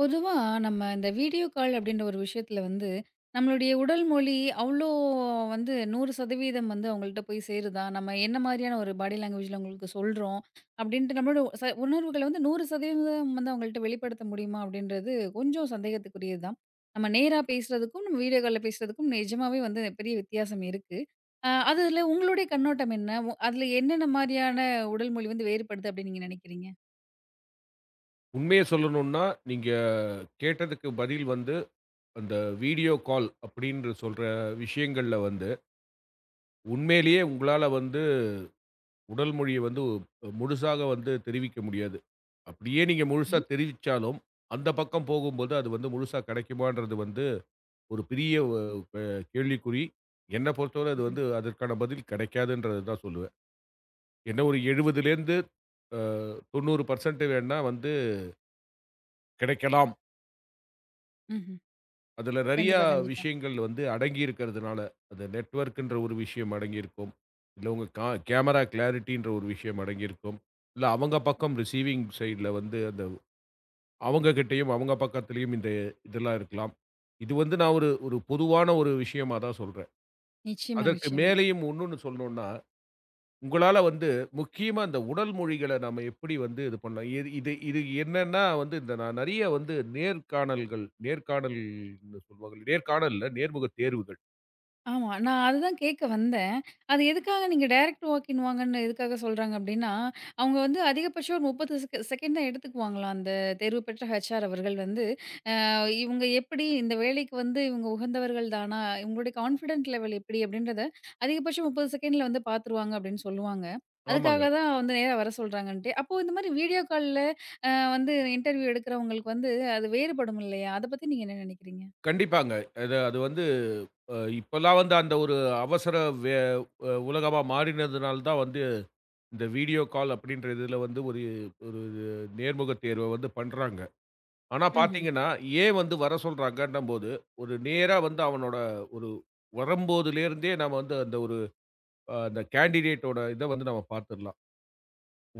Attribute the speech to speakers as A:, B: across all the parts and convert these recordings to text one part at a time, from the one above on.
A: பொதுவா நம்ம இந்த வீடியோ கால் அப்படின்ற ஒரு விஷயத்துல வந்து, நம்மளுடைய உடல் மொழி அவ்ளோ வந்து 100% வந்து அவங்கள்ட்ட போய் சேருதா? நம்ம என்ன மாரியான ஒரு பாடி லாங்குவேஜ்ல அவங்களுக்கு சொல்றோம்? அப்படின்ட்டு நம்மளோட உணர்வுகள வந்து 100% வந்து அவங்கள்ட்ட வெளிப்படுத்த முடியுமா? அப்படின்றது கொஞ்சம் சந்தேகத்துக்குரியது தான். நம்ம நேரா பேசுறதுக்கும், நம்ம வீடியோ கால்ல பேசுறதுக்கும் நிஜமாவே வந்து பெரிய வித்தியாசம் இருக்கு. அதுல உங்களுடைய கண்ணோட்டம் என்ன? அதுல என்னென்ன மாரியான உடல் மொழி வந்து வேறுபடுது அப்படின்னு நீங்க நினைக்கிறீங்க?
B: உண்மைய சொல்லணும்னா, நீங்க கேட்டதுக்கு பதில் வந்து, அந்த வீடியோ கால் அப்டின்னு சொல்ற விஷயங்கள்ல வந்து, உண்மையிலேயே உங்களால வந்து உடல் மொழிய வந்து முழுசாக வந்து தெரிவிக்க முடியாது. அப்படியே நீங்க
A: சரி.
B: முழுசா தெரிவிச்சாலும், அந்த பக்கம் போகும்போது அது வந்து முழுசா கிடைக்குமான்றது வந்து ஒரு பெரிய ஒ அ கேள்விக்குறி. என்ன பொறுத்தவரை அது
A: ம்ஹ்ம்.
B: வந்து அதற்கான பதில் கிடைக்காதுன்றது தான் சொல்லுவேன். என்ன ஒரு 70லேருந்து அ 90% வேணா வந்து கிடைக்கலாம்.
A: ம்ஹ்ம்.
B: அதுல நெறையா
A: கண்டிப்பா, கண்டிப்பா.
B: விஷயங்கள் வந்து அடங்கி இருக்கிறதுனால, அந்த நெட்வொர்க்குன்ற ஒரு விஷயம் அடங்கியிருக்கும். இல்ல உங்க கேமரா கிளாரிட்டின்ற ஒரு விஷயம் அடங்கியிருக்கும். இல்ல அவங்க பக்கம் ரிசீவிங் சைட்ல வந்து அந்த அவங்க கிட்டயும், அவங்க பக்கத்திலயும் இந்த இதெல்லாம் இருக்கலாம். இது வந்து நான் ஒரு ஒரு பொதுவான ஒரு விஷயமா தான் சொல்றேன்.
A: நிச்சயமா,
B: அதற்கு
A: நிச்சயமா.
B: மேலேயும் இன்னொன்னு சொல்லணும்னா உங்களால வந்து முக்கியமா இந்த உடல் மொழிகள நம்ம எப்படி வந்து இது பண்ணலாம்? இது இது இது என்னன்னா வந்து இந்த நான் நெறைய வந்து நேர்காணல்கள் நேர்காணல்ன்னு சொல்லுவாங்கல்ல. நேர்காணல் இல்ல, நேர்முக தேர்வுகள்.
A: ஆமா. நான் அதுதான் கேட்க வந்தேன். அது எதுக்காக நீங்க டைரக்ட் வாக் இன் வாங்கன்னு எதுக்காக சொல்றாங்க அப்டின்னா, அவங்க வந்து அதிகபட்சம் ஒரு 30 செகண்ட் தான் எடுத்துக்குவாங்களாம். அந்த தேர்வு பெற்ற ஹெச்ஆர் அவர்கள் வந்து, அ இவங்க எப்படி இந்த வேலைக்கு வந்து இவங்க உகந்தவர்கள் தானா? இவங்களுடைய கான்ஃபிடன்ட் லெவல் எப்படி? அப்படின்றத அதிகபட்சம் 30 செகண்ட்ல வந்து பார்த்துருவாங்க அப்படின்னு சொல்லுவாங்க.
B: ஆமாங்க.
A: அதுக்காக தான் வந்து நேரா வர சொல்றாங்கன்ட்டு. அப்போ இந்த மாரி வீடியோ கால்ல அ வந்து இன்டர்வியூ எடுக்கிறவங்களுக்கு வந்து அது வேறுபடும் இல்லையா? அத பத்தி நீங்க என்ன நினைக்கிறீங்க?
B: கண்டிப்பாங்க. அது அது வந்து இப்பல்லாம் வந்து அந்த ஒரு அவசர வே அ உலகமா மாறினதுனால தான் வந்து இந்த வீடியோ கால் அப்படின்ற இதுல வந்து ஒரு ஒரு நேர்முக தேர்வ வந்து பண்றாங்க. ஆனா
A: ம்ஹ்ம்.
B: பார்த்தீங்கன்னா, ஏன் வந்து வர சொல்றாங்கன்னும்போது, ஒரு நேரா வந்து அவனோட ஒரு வரும்போதிலிருந்தே நம்ம வந்து அந்த ஒரு அந்த கேண்டிடேட்டோட இத வந்து நம்ம பார்த்துரலாம்.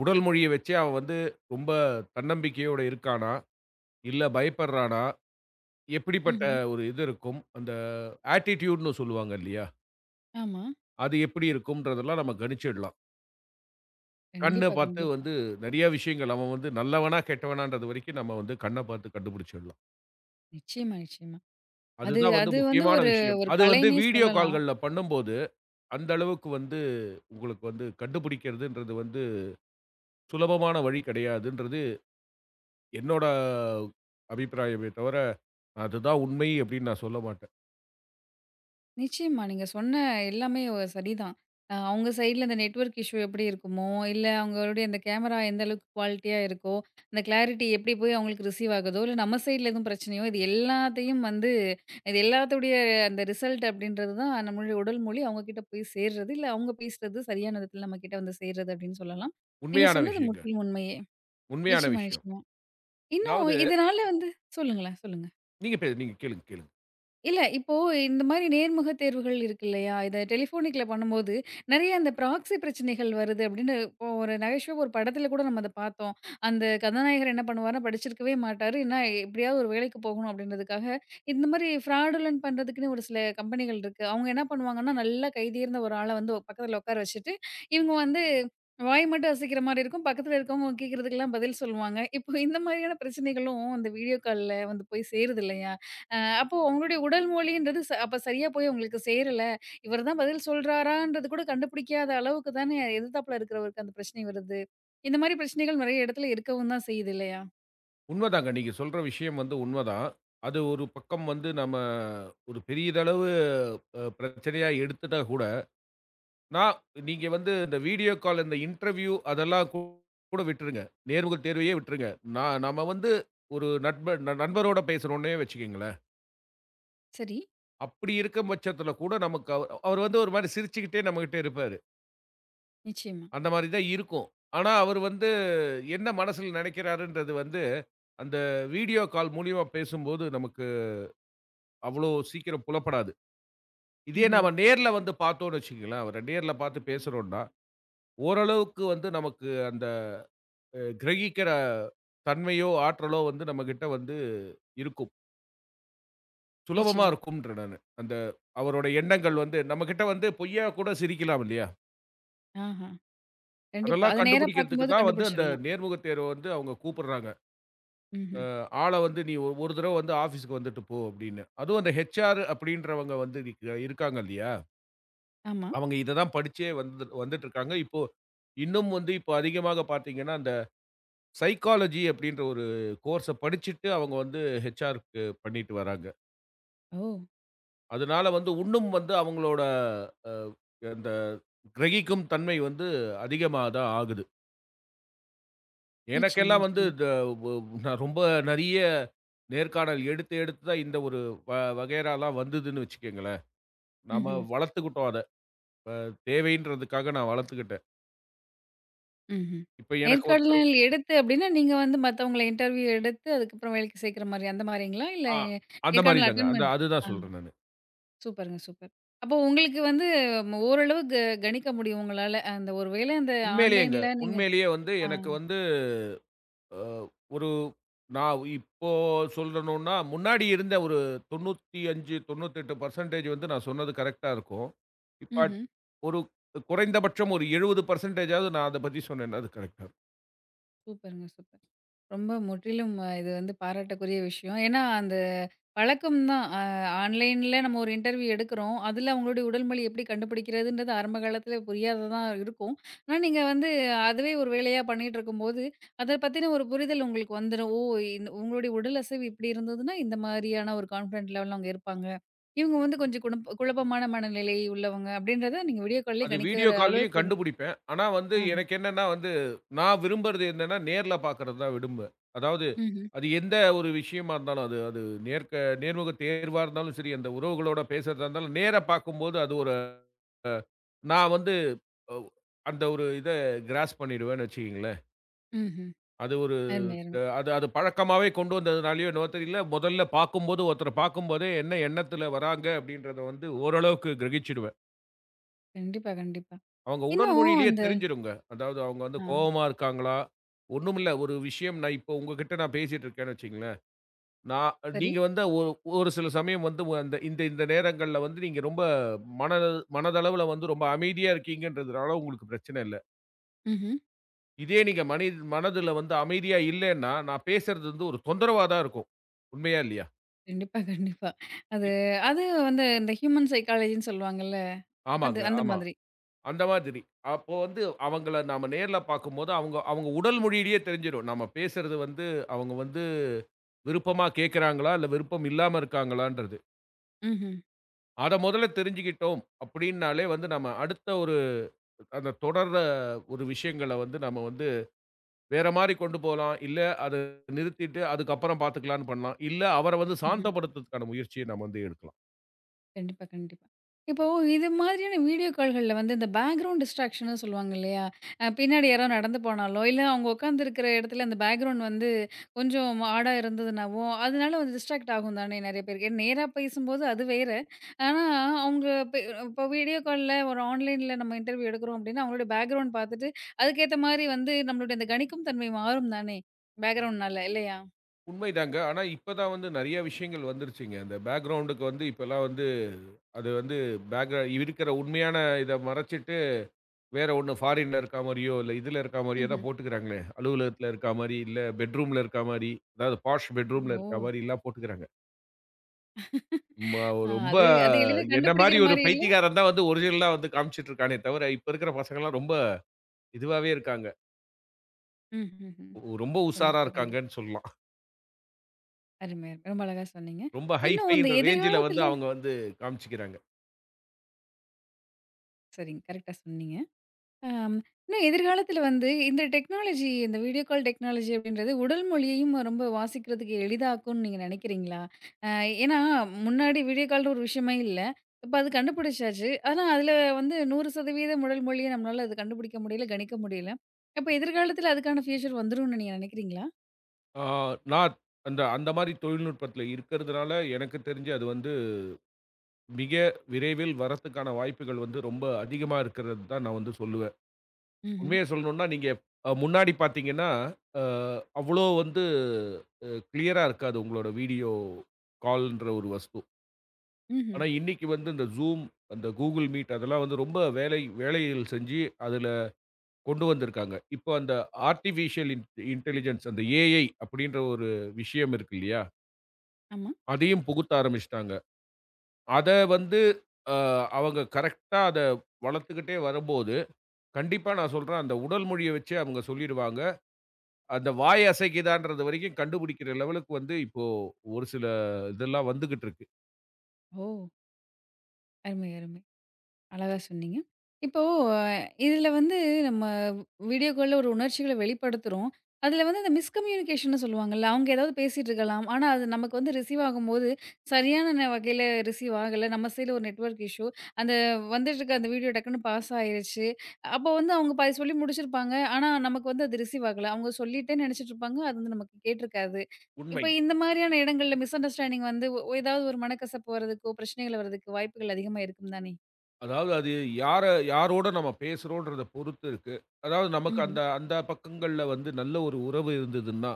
B: உடல் மொழிய வச்சே அவன் வந்து ரொம்ப தன்னம்பிக்கையோட இருக்கானா? இல்ல பயப்படுறானா? எப்படிப்பட்ட
A: ம்ஹ்ம்.
B: ஒரு இது இருக்கும்? அந்த ஆட்டிட்யூட்ன்னு சொல்லுவாங்க இல்லையா?
A: ஆமா.
B: அது எப்படி இருக்கும்ன்றதெல்லாம் நம்ம கணிச்சிடலாம். கண்ண
A: கண்டிப்பா,
B: பார்த்து
A: கண்டிப்பா.
B: வந்து நெறைய விஷயங்கள் அவன் வந்து நல்லவனா, கெட்டவனான்றது வரைக்கும் நம்ம வந்து கண்ண பார்த்து கண்டுபிடிச்சிடலாம்.
A: நிச்சயமா, நிச்சயமா. அது
B: அதுதான் வந்து
A: அது வந்து
B: முக்கியமான
A: ஒரு
B: விஷயம்.
A: ஒரு
B: அது வந்து
A: கலைன்னே
B: வீடியோ
A: சொல்லலாம்.
B: கால்கள்ல பண்ணும்போது அந்த அளவுக்கு வந்து உங்களுக்கு வந்து கண்டுபிடிக்கிறதுன்றது வந்து சுலபமான வழி கிடையாதுன்றது என்னோட அபிப்பிராயமே தவிர, அதுதான் உண்மை அப்படின்னு நான் சொல்ல மாட்டேன்.
A: நிச்சயமா. நீங்க சொன்ன எல்லாமே சரிதான். அவங்க சைட்ல இந்த நெட்வொர்க் இஷ்யூ எப்படி இருக்குமோ, இல்ல அவங்களுடைய அந்த கேமரா எந்த அளவுக்கு குவாலிட்டியா இருக்கோ, அந்த கிளாரிட்டி எப்படி போய் அவங்களுக்கு ரிசீவ் ஆகுதோ, இல்ல நம்ம சைட்ல எதுவும் பிரச்சனையோ, இது எல்லாத்தையும் வந்து இது எல்லாத்துடைய அந்த ரிசல்ட் அப்படின்றது தான் நம்மளுடைய உடல் மொழி அவங்க கிட்ட போய் சேர்றது, இல்ல அவங்க பேசுறது சரியான விதத்துல நம்ம கிட்ட வந்து சேர்றது அப்படின்னு சொல்லலாம். நீங்க
B: உண்மையான
A: சொன்னது
B: விஷயங்க.
A: முற்றிலும் உண்மையே.
B: உண்மையான
A: நிச்சயமா,
B: விஷயம்.
A: நிச்சயமா. இன்னும்
B: அதாவது
A: இதனால வந்து. சொல்லுங்களேன், சொல்லுங்க.
B: நீங்க கேளுங்க, கேளுங்க.
A: இல்ல. இப்போ இந்த மாரி நேர்முக தேர்வுகள் இருக்கு இல்லையா? இத டெலிஃபோனிக்ல பண்ணும்போது, நெறைய அந்த ப்ராக்ஸி பிரச்சனைகள் வருது அப்படின்னு இப்போ ஒரு நகைச்சுவை ஒரு படத்துல கூட நம்ம அத பார்த்தோம். அந்த கதாநாயகர் என்ன பண்ணுவாருன்னா, படிச்சிருக்கவே மாட்டாரு. என்ன எப்படியாவது ஒரு வேலைக்கு போகணும் அப்படின்றதுக்காக, இந்த மாரி ஃப்ராடுலன்ட் பண்றதுக்குன்னு ஒரு சில கம்பெனிகள் இருக்கு. அவங்க என்ன பண்ணுவாங்கன்னா, நல்லா கைதேர்ந்த ஒரு ஆள வந்து பக்கத்துல உட்கார வச்சுட்டு, இவங்க வந்து வாய் மட்டும் அசைக்கிற மாரி இருக்கும். பக்கத்துல இருக்கவங்க கேட்கறதுக்கெல்லாம் பதில் சொல்லுவாங்க. இப்போ இந்த மாரியான பிரச்சனைகளும் இந்த வீடியோ கால்ல வந்து போய் சேருது இல்லையா? அப்போ உங்களுடைய உடல் மொழின்றது அப்ப சரியா போய் உங்களுக்கு சேரல. இவர் தான் பதில் சொல்றாரான்றது கூட கண்டுபிடிக்காத அளவுக்கு தானே எதிர்த்தாப்புல இருக்கிறவருக்கு அந்த பிரச்சனை வருது. இந்த மாரி பிரச்சனைகள் நெறைய இடத்துல இருக்கவும் தான் செய்யுது இல்லையா?
B: உண்மதாங்க. நீங்க சொல்ற விஷயம் வந்து உண்மதான். அது ஒரு பக்கம் வந்து நம்ம ஒரு பெரியதளவு பிரச்சனையா எடுத்துட்டா கூட நான் நீங்க வந்து இந்த வீடியோ கால், இந்த இன்டர்வியூ அதெல்லாம் கூட விட்டுருங்க. நேர்முக தேர்வையே விட்டுருங்க. நான் நம்ம வந்து ஒரு நண்பரோட பேசுறோம்னே வச்சுக்கங்களேன்.
A: சரி.
B: அப்படி இருக்கும் பட்சத்தில கூட நமக்கு அவர் வந்து ஒரு மாரி சிரிச்சுக்கிட்டே நம்மகிட்ட இருப்பாரு.
A: நிச்சயமா.
B: அந்த மாரி தான் இருக்கும். ஆனா, அவர் வந்து என்ன மனசுல நெனைக்கிறாருன்றது வந்து, அந்த வீடியோ கால் மூலியமா பேசும்போது நமக்கு அவ்வளோ சீக்கிரம் புலப்படாது. இதே
A: ம்ஹ்ம்.
B: நாம நேர்ல வந்து பார்த்தோம்னு வச்சுக்கங்களேன், அவர நேர்ல பார்த்து பேசுறோம்ன்னா, ஓரளவுக்கு வந்து நமக்கு அந்த கிரகிக்கிற தன்மையோ, ஆற்றலோ வந்து நம்மகிட்ட வந்து இருக்கும். சுலபமா
A: நிச்சயமா.
B: இருக்கும்ன்ற நானு. அந்த அவரோட எண்ணங்கள் வந்து நம்மகிட்ட வந்து பொய்யா கூட சிரிக்கலாம் இல்லையா?
A: ஆஹா. கண்டிப்பா.
B: அதெல்லாம்
A: அத நேரா
B: கண்டுபிடிக்கிறதுக்கு
A: பார்க்கும்போது
B: தான் வந்து அந்த
A: கண்டுபிடிச்சிடலாம்.
B: நேர்முக தேர்வ வந்து அவங்க கூப்பிடுறாங்க.
A: ம்ஹ்ம்.
B: அ ஆள வந்து நீ ஒரு தடவ வந்து ஆஃபீஸ்க்கு வந்துட்டு போ அப்படின்னு. அதுவும் அந்த ஹெச்ஆர் அப்படின்றவங்க வந்து இருக்காங்க இல்லையா?
A: ஆமா.
B: அவங்க இத தான் படிச்சே வந்துட்டு இருக்காங்க. இப்போ இன்னும் வந்து இப்போ அதிகமாக பார்த்தீங்கன்னா, அந்த சைக்காலஜி அப்படின்ற ஒரு கோர்ஸ படிச்சுட்டு அவங்க வந்து ஹெச்ஆர்க்கு பண்ணிட்டு வராங்க.
A: ஓ!
B: அதனால வந்து உன்னும் வந்து அவங்களோட அ அந்த கிரகிக்கும் தன்மை வந்து அதிகமா தான் ஆகுது.
A: நிச்சயமா,
B: எனக்கெல்லாம் வந்து
A: நிச்சயமா.
B: த வ் நான் ரொம்ப நெறைய நேர்காணல் எடுத்து எடுத்து தான் இந்த ஒரு வ வகைராலாம் வந்ததுன்னு வச்சுக்கங்களேன். நாம
A: ம்ஹ்ம்.
B: வளர்த்துக்கிட்டோம் அத. அ தேவைன்றதுக்காக நான் வளர்த்துக்கிட்டேன்.
A: ம்ஹ்ம்.
B: இப்ப எனக்கு ஒருத்தர்
A: நேர்காணல் எடுத்து அப்டின்னா, நீங்க வந்து மத்தவங்கள இன்டர்வியூ எடுத்து அதுக்கப்புறம் வேலைக்கு சேர்க்கிற மாரி அந்த மாரிங்களா? இல்ல
B: ஆ அந்த மாரி
A: நேர்காணல்
B: தாங்க.
A: அட்டெண்ட்
B: அந்த
A: பண்
B: அதுதான்
A: ஆ.
B: சொல்றேன் நானு.
A: சூப்பருங்க, சூப்பர். அப்போ உங்களுக்கு வந்து ஓரளவு கணிக்க முடியும் உங்களால. அந்த ஒரு வேளை அந்த
B: உண்மையிலேயேங்க.
A: ஆன்லைன்ல நீங்க.
B: உண்மையிலேயே வந்து
A: ஆ.
B: எனக்கு வந்து அ ஒரு நான் இப்போ சொல்லணும்னா, முன்னாடி இருந்த ஒரு 95, 98% வந்து நான் சொன்னது கரெக்ட்டா இருக்கும். இப்ப
A: ம்ஹ்ம்.
B: ஒரு குறைந்தபட்சம் ஒரு 70%ஆவது நான் அத பத்தி சொன்னேன்னா, அது கரெக்ட்டா இருக்கும்.
A: சூப்பருங்க, சூப்பர். ரொம்ப முற்றிலும் இது வந்து பாராட்டக்குரிய விஷயம். ஏன்னா, அந்த பழக்கம் தான். ஆன்லைன்ல நம்ம ஒரு இன்டர்வியூ எடுக்கிறோம். அதில அவங்களுடைய உடல் மொழி எப்படி கண்டுபிடிக்கிறதுன்றது ஆரம்ப காலத்தில புரியாததா இருக்கும். ஆனா, நீங்க வந்து அதுவே ஒரு வேலையா பண்ணிட்டுருக்கும்போது, அத பத்தின ஒரு புரிதல் உங்களுக்கு வந்துரும். ஓ! இந்த உங்களுடைய உடல் அசைவு இப்படி இருந்ததுன்னா, இந்த மாரியான ஒரு கான்ஃபிடன்ட் லெவல்ல அவங்க இருப்பாங்க. இவங்க வந்து கொஞ்சம் குழப்பமான மனநிலை உள்ளவங்க அப்படின்றத நீங்க வீடியோ கால்லேயே
B: அது
A: கணிக்கிற
B: வீடியோ கால்லயும்
A: அளவுக்கு உங்களுக்கு.
B: கண்டுபிடிப்பேன். ஆனா வந்து
A: ஆஹ.
B: எனக்கு என்னன்னா வந்து, நான் விரும்புறது என்னன்னா, நேர்ல பார்க்கறது தான் விரும்புவேன். அதாவது
A: ம்ஹ்ம்.
B: அது எந்த ஒரு விஷயமா இருந்தாலும், அது அது நேர்க்க நேர்முக தேர்வா இருந்தாலும் சரி, அந்த உறவுகளோட பேசுறதா இருந்தாலும், நேரா பார்க்கும்போது அது ஒரு அ நான் வந்து ஒவ் அந்த ஒரு இத கிராஸ்ப் பண்ணிடுவேன்னு வச்சுக்கங்களேன்.
A: ம்ஹ்ம்.
B: அது ஒரு
A: அருமை, அருமை.
B: அது அது பழக்கமாவே கொண்டு வந்ததுனாலயோ என்னவோ தெரியல, முதல்ல பார்க்கும்போது ஒருத்தர பார்க்கும்போதே என்ன எண்ணத்துல வராங்க அப்படின்றத வந்து ஓரளவுக்கு கிரகிச்சுடுவேன்.
A: கண்டிப்பா, கண்டிப்பா.
B: அவங்க உடல்
A: இன்னும்
B: மொழியிலேயே
A: அந்த.
B: தெரிஞ்சிருங்க. அதாவது அவங்க வந்து
A: ஆ.
B: கோவமா இருக்காங்களா? ஒண்ணுமில்ல ஒரு விஷயம் நான் இப்போ உங்ககிட்ட பேசிட்டு இருக்கேன்னு வச்சுக்கங்களேன். நான்
A: சரி.
B: நீங்க வந்து ஒரு ஒரு சில சமயம் வந்து அந்த இந்த இந்த நேரங்கள்ல வந்து நீங்க ரொம்ப மன மனதளவுல வந்து ரொம்ப அமைதியா இருக்கீங்கன்றதுனால உங்களுக்கு பிரச்சனை இல்ல.
A: ம்ஹ்ம்.
B: இதே நீங்க மனதுல வந்து அமைதியா இல்லன்னா, நான் பேசுறது வந்து ஒரு தொந்தரவா தான் இருக்கும். உண்மையா இல்லையா?
A: கண்டிப்பா, கண்டிப்பா. அது
B: இ
A: அது வந்து இந்த ஹியூமன் சைக்காலஜின்னு சொல்லுவாங்கல்ல. அது
B: ஆமாங்க.
A: அந்த
B: ஆமா.
A: மாதிரி.
B: அந்த மாதிரி. அப்போ வந்து அவங்கள நாம நேர்ல பார்க்கும்போது, அவங்க அவங்க உடல் மொழியிலேயே தெரிஞ்சிரும். நம்ம பேசுறது வந்து அவங்க வந்து விருப்பமா கேட்கறாங்களா? இல்ல விருப்பம் இல்லாம இருக்காங்களான்றது.
A: ம்ஹ்ம்.
B: அத முதல்ல தெரிஞ்சுக்கிட்டோம் அப்படின்னாலே வந்து நம்ம அடுத்த ஒரு அந்த தொடர்ற ஒரு விஷயங்கள வந்து நம்ம வந்து வேற மாரி கொண்டு போலாம். இல்ல அத நிறுத்திட்டு அதுக்கப்புறம் பார்த்துக்கலான்னு பண்ணலாம். இல்ல அவர வந்து
A: ம்ஹ்ம்.
B: சாந்தப்படுத்துறதுக்கான முயற்சிய நம்ம வந்து எடுக்கலாம்.
A: கண்டிப்பா, கண்டிப்பா. இப்போ இது மாதிரியான வீடியோ கால்கள்ல வந்து இந்த பேக்கிரவுண்ட் டிஸ்ட்ராக்ஷன்னு சொல்லுவாங்க இல்லையா? பின்னாடி யாரோ நடந்து போனாலோ, இல்ல அவங்க உட்காந்துருக்கிற இடத்துல அந்த பேக்கிரவுண்ட் வந்து கொஞ்சம் மாடா இருந்ததுனாவோ, அதனால வந்து டிஸ்ட்ராக்ட் ஆகும் தானே நெறைய பேருக்கு. ஏன்னா நேரா பேசும்போது அது வேற. ஆனா அவங்க இப்போ வீடியோ கால்ல ஒரு ஆன்லைன்ல நம்ம இன்டர்வியூ எடுக்கிறோம் அப்படின்னா, அவங்களோட பேக்கிரவுண்ட் பார்த்துட்டு அதுக்கேத்த மாரி வந்து நம்மளுடைய அந்த கணிக்கும் தன்மை மாறும் தானே! பேக்கிரவுண்ட்னால இல்லையா?
B: உண்மைதாங்க. ஆனா, இப்ப தான் வந்து நெறைய விஷயங்கள் வந்துருச்சுங்க. அந்த பேக்கிரவுண்டுக்கு வந்து இப்பலாம் வந்து அது வந்து இருக்கிற உண்மையான இத மறைச்சிட்டு, வேற ஒண்ணு ஃபாரின்ல இருக்கா மாரியோ, இல்ல இதுல இருக்கா மாரியோ
A: ம்ஹ்ம்.
B: தான் போட்டுக்கிறாங்களே. அலுவலகத்துல இருக்கா மாரி, இல்ல பெட்ரூம்ல இருக்கா மாரி, அதாவது பாஷ் பெட்ரூம்ல
A: ஓ!
B: இருக்கா மாரிலாம் போட்டுக்கிறாங்க. ஒரு ரொம்ப
A: அது அது எளிதா
B: என்ன மாரி
A: கண்டுபிடிக்கிற
B: ஒரு
A: மாரி இல்ல?
B: பைத்தியக்காரன் தான் வந்து ஒரிஜினலா வந்து காமிச்சுட்டு இருக்கானே தவிர, இப்ப இருக்கிற பசங்கலாம் ரொம்ப இதுவாவே இருக்காங்க.
A: ம்ஹ்ம்.
B: ரொம்ப உஷாரா
A: கண்டிப்பா, கண்டிப்பா.
B: இருக்காங்கன்னு சொல்லலாம்.
A: அருமை, அருமை. ரொம்ப அழகா சொன்னீங்க.
B: ரொம்ப
A: இன்னும் இந்த
B: ஹைஃபைன்ற ரேஞ்சுல வந்து
A: எதிர்காலத்துல.
B: அவங்க வந்து காமிச்சுக்கிறாங்க.
A: சரிங்க. கரெக்ட்டா சொன்னீங்க. அம் இன்னும் எதிர்காலத்துல வந்து இந்த டெக்னாலஜி, இந்த வீடியோ கால் டெக்னாலஜி அப்படின்றது உடல் மொழியையும் ரொம்ப வாசிக்கிறதுக்கு எளிதாக்கும்னு நீங்க நினைக்கிறீங்களா? அ ஏன்னா முன்னாடி வீடியோ கால்ன்ற ஒரு விஷயமே இல்ல. இப்ப அது கண்டுபிடிச்சாச்சு. ஆனா அதுல வந்து 100% உடல் மொழிய நம்மளால அது கண்டுபிடிக்க முடியல, கணிக்க முடியல. அப்ப எதிர்காலத்துல அதுக்கான ஃபியூச்சர் வந்துரும்னு நீங்க நினைக்கிறீங்களா?
B: ஆ, நான் அந்த அந்த மாரி தொழில்நுட்பத்தில இருக்கிறதுனால, எனக்கு தெரிஞ்சு அது வந்து மிக விரைவில் வரத்துக்கான வாய்ப்புகள் வந்து ரொம்ப அதிகமா இருக்கிறது தான் நான் வந்து சொல்லுவேன்.
A: ம்ஹ்ம்.
B: உண்மைய சொல்லணும்னா, நீங்க முன்னாடி பார்த்தீங்கன்னா, அ அவ்வளோ வந்து கிளியரா இருக்காது உங்களோட வீடியோ கால்ன்ற ஒரு வஸ்து.
A: ம்ஹ்ம்.
B: ஆனா இன்னைக்கு வந்து இந்த Zoom, அந்த Google Meet அதெல்லாம் வந்து ரொம்ப வேலைகள் செஞ்சு அதில கொண்டு வந்திருக்காங்க. இப்போ அந்த ஆர்ட்டிஃபிஷியல் இன்டெலிஜென்ஸ் அந்த ஏஐ அப்படின்ற ஒரு விஷயம் இருக்கு இல்லையா?
A: ஆமா.
B: அதையும் புகுத்த ஆரம்பிச்சுட்டாங்க. அத வந்து அ அவங்க கரெக்ட்டா அத வளர்த்துக்கிட்டே வரும்போது, கண்டிப்பா நான் சொல்றேன் அந்த உடல் மொழிய வச்சே அவங்க சொல்லிடுவாங்க. அந்த வாய் அசைக்குதான்றது வரைக்கும் கண்டுபிடிக்கிற லெவலுக்கு வந்து இப்போ ஒரு சில இதெல்லாம் வந்துகிட்டு இருக்கு.
A: ஓ! அருமை, அருமை. அழகா சொன்னீங்க. இப்போ அ இதுல வந்து நம்ம வீடியோ கால்ல ஒரு உணர்ச்சிகள வெளிப்படுத்துறோம். அதுல வந்து அந்த மிஸ்கம்யூனிகேஷன்னு சொல்லுவாங்கல்ல. அவங்க ஏதாவது பேசிட்டு இருக்கலாம். ஆனா, அது நமக்கு வந்து ரிசீவ் ஆகும்போது, சரியான வகையில ரிசீவ் ஆகல. நம்ம சைடுல ஒரு நெட்வொர்க் இஷ்யூ. அந்த வந்துட்டு இருக்க அந்த வீடியோ டக்குன்னு பாஸ் ஆயிருச்சு. அப்ப வந்து அவங்க பாதி சொல்லி முடிச்சிருப்பாங்க. ஆனா, நமக்கு வந்து அது ரிசீவ் ஆகல. அவங்க சொல்லிட்டேன்னு நெனச்சிட்டு இருப்பாங்க. அது வந்து நமக்கு கேட்டிருக்காது. இப்ப
B: உண்மைங்க.
A: இந்த மாரியான இடங்கள்ல மிஸ் அண்டர்ஸ்டாண்டிங் வந்து ஏதாவது ஒரு மனக்கசப்பு வரதுக்கோ, பிரச்சனைகள் வரதுக்கு வாய்ப்புகள் அதிகமா இருக்கும் தானே?
B: அதாவது அது யார யாரோட நம்ம பேசுறோன்றத பொறுத்து இருக்கு. அதாவது நமக்கு
A: ம்ஹ்ம்.
B: அந்த அந்த பக்கங்கள்ல வந்து நல்ல ஒரு உறவு இருந்ததுன்னா,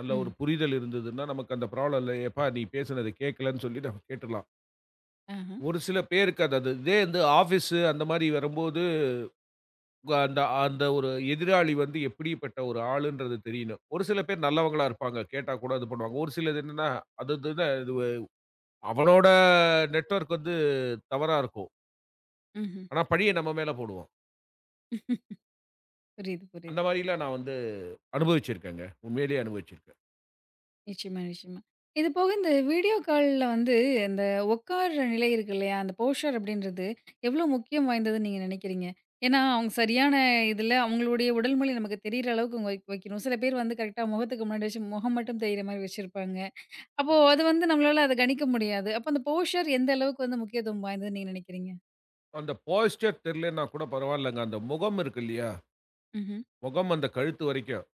B: நல்ல ஒரு
A: ம்.
B: புரிதல் இருந்ததுன்னா, நமக்கு அந்த ப்ராப்ளம் இல்ல. "ஏப்பா நீ பேசினது கேட்கலன்னு" சொல்லி நம்ம கேட்டுறலாம்.
A: ஆஹ.
B: ஒரு சில பேருக்கு அது அது இதே வந்து ஆஃபீஸு அந்த மாரி வரும்போது, அந்த அந்த ஒரு எதிராளி வந்து எப்படிப்பட்ட ஒரு ஆளுன்றது தெரியணும். ஒரு சில பேர் நல்லவங்களா இருப்பாங்க. கேட்டா கூட இது பண்ணுவாங்க. ஒரு சிலது என்னன்னா, அது இதுன்னு இது அவனோட நெட்வொர்க் வந்து தவறா இருக்கும்.
A: ம்ஹ்ம்.
B: ஆனா பழிய நம்ம மேல போடுவான்.
A: புரியுது,
B: அந்த
A: புரியுது.
B: மாரிலாம் நான் வந்து அனுபவிச்சிருக்கேங்க. உண்மையிலேயே அனுபவிச்சிருக்கேன்.
A: நிச்சயமா, நிச்சயமா. இது போக இந்த வீடியோ கால்ல வந்து அந்த உட்கார்ற நிலை இருக்கு இல்லையா? அந்த போஸ்டர் அப்படின்றது எவ்வளோ முக்கியம் வாய்ந்ததுன்னு நீங்க நினைக்கிறீங்க? ஏன்னா, அவங்க இதில அவங்களுடைய உடல் மொழி நமக்கு தெரியிற அளவுக்கு வைக்கணும். சில பேர் வந்து கரெக்ட்டா முகத்துக்கு முன்னாடி வச்சு முகம் மட்டும் தெரியிற மாரி வச்சிருப்பாங்க. அப்போ அது வந்து நம்மளால அத கணிக்க முடியாது. அப்போ அந்த போஸ்டர் எந்த அளவுக்கு வந்து முக்கியத்துவம் வாய்ந்ததுன்னு நீங்க நினைக்கிறீங்க?
B: அந்த போஸ்டர் தெரியலன்னா கூட பரவாயில்லங்க. அந்த முகம் இருக்கு இல்லையா?
A: ம்ஹ்ம்.
B: முகம் அந்த கழுத்து வரைக்கும்.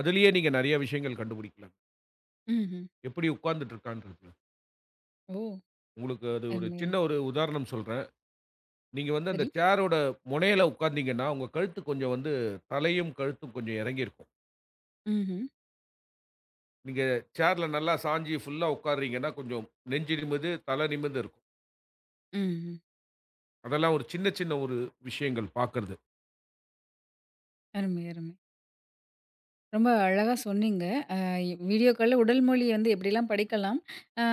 B: அதிலேயே நீங்க நெறைய விஷயங்கள் கண்டுபிடிக்கலாம்.
A: ம்ஹ்ம்.
B: எப்படி உட்கார்ந்துட்டு இருக்கான்றது.
A: ஓ!
B: உங்களுக்கு அது ஒரு
A: அருமையா.
B: சின்ன ஒரு உதாரணம் சொல்றேன். நீங்க வந்து அந்த
A: சரி.
B: சேரோட முனையில உட்கார்ந்தீங்கன்னா, உங்க கழுத்து கொஞ்சம் வந்து தலையும், கழுத்தும் கொஞ்சம் இறங்கியிருக்கும்.
A: ம்ஹ்ம்.
B: நீங்க சேர்ல நல்லா சாஞ்சு ஃபுல்லா உட்கார்றீங்கன்னா, கொஞ்சம் நெஞ்சு நிமிர்து, தலை நிமிர்ந்து இருக்கும்.
A: ம்ஹ்ம்.
B: அதெல்லாம் ஒரு சின்ன, சின்ன ஒரு விஷயங்கள் பார்க்கறது.
A: அருமை, அருமை. ரொம்ப அழகா சொன்னீங்க. வீடியோ கால்ல உடல் மொழிய வந்து எப்படிலாம் படிக்கலாம்? அ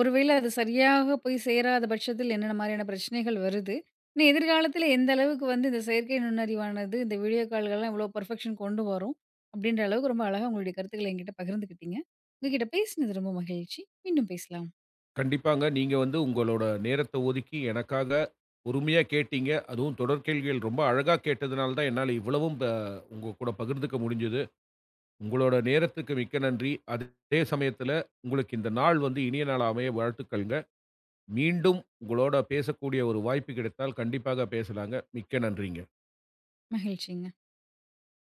A: ஒருவேளை அது சரியாக போய் சேராத பட்சத்தில் என்னென்ன மாரியான பிரச்சனைகள் வருது? இன்னும் எதிர்காலத்தில எந்த அளவுக்கு வந்து இந்த செயற்கை நுண்ணறிவானது, இந்த வீடியோ கால்கள்லாம் இவ்வளோ பெர்ஃபெக்ஷன் கொண்டு வரும்? அப்படின்ற அளவுக்கு ரொம்ப அழகா உங்களுடைய கருத்துக்கள என்கிட்ட பகிர்ந்துக்கிட்டீங்க. உங்ககிட்ட பேசினது ரொம்ப மகிழ்ச்சி. மீண்டும் பேசலாம்.
B: கண்டிப்பாங்க நீங்க வந்து உங்களோட நேரத்த ஒதுக்கி எனக்காக பொறுமையா கேட்டீங்க. அதுவும் தொடர் கேள்விகள் ரொம்ப அழகா கேட்டதுனால தான் என்னால இவ்வளவும் ப உங்க கூட பகிர்ந்துக்க முடிஞ்சது. உங்களோட நேரத்துக்கு மிக்க நன்றி. அதே சமயத்தில உங்களுக்கு இந்த நாள் வந்து இனிய நாளா அமைய வாழ்த்துக்கள்ங்க. மீண்டும் உங்களோட பேசக்கூடிய ஒரு வாய்ப்பு கிடைத்தால் கண்டிப்பாக பேசலாங்க. மிக்க நன்றிங்க.
A: மகிழ்ச்சிங்க.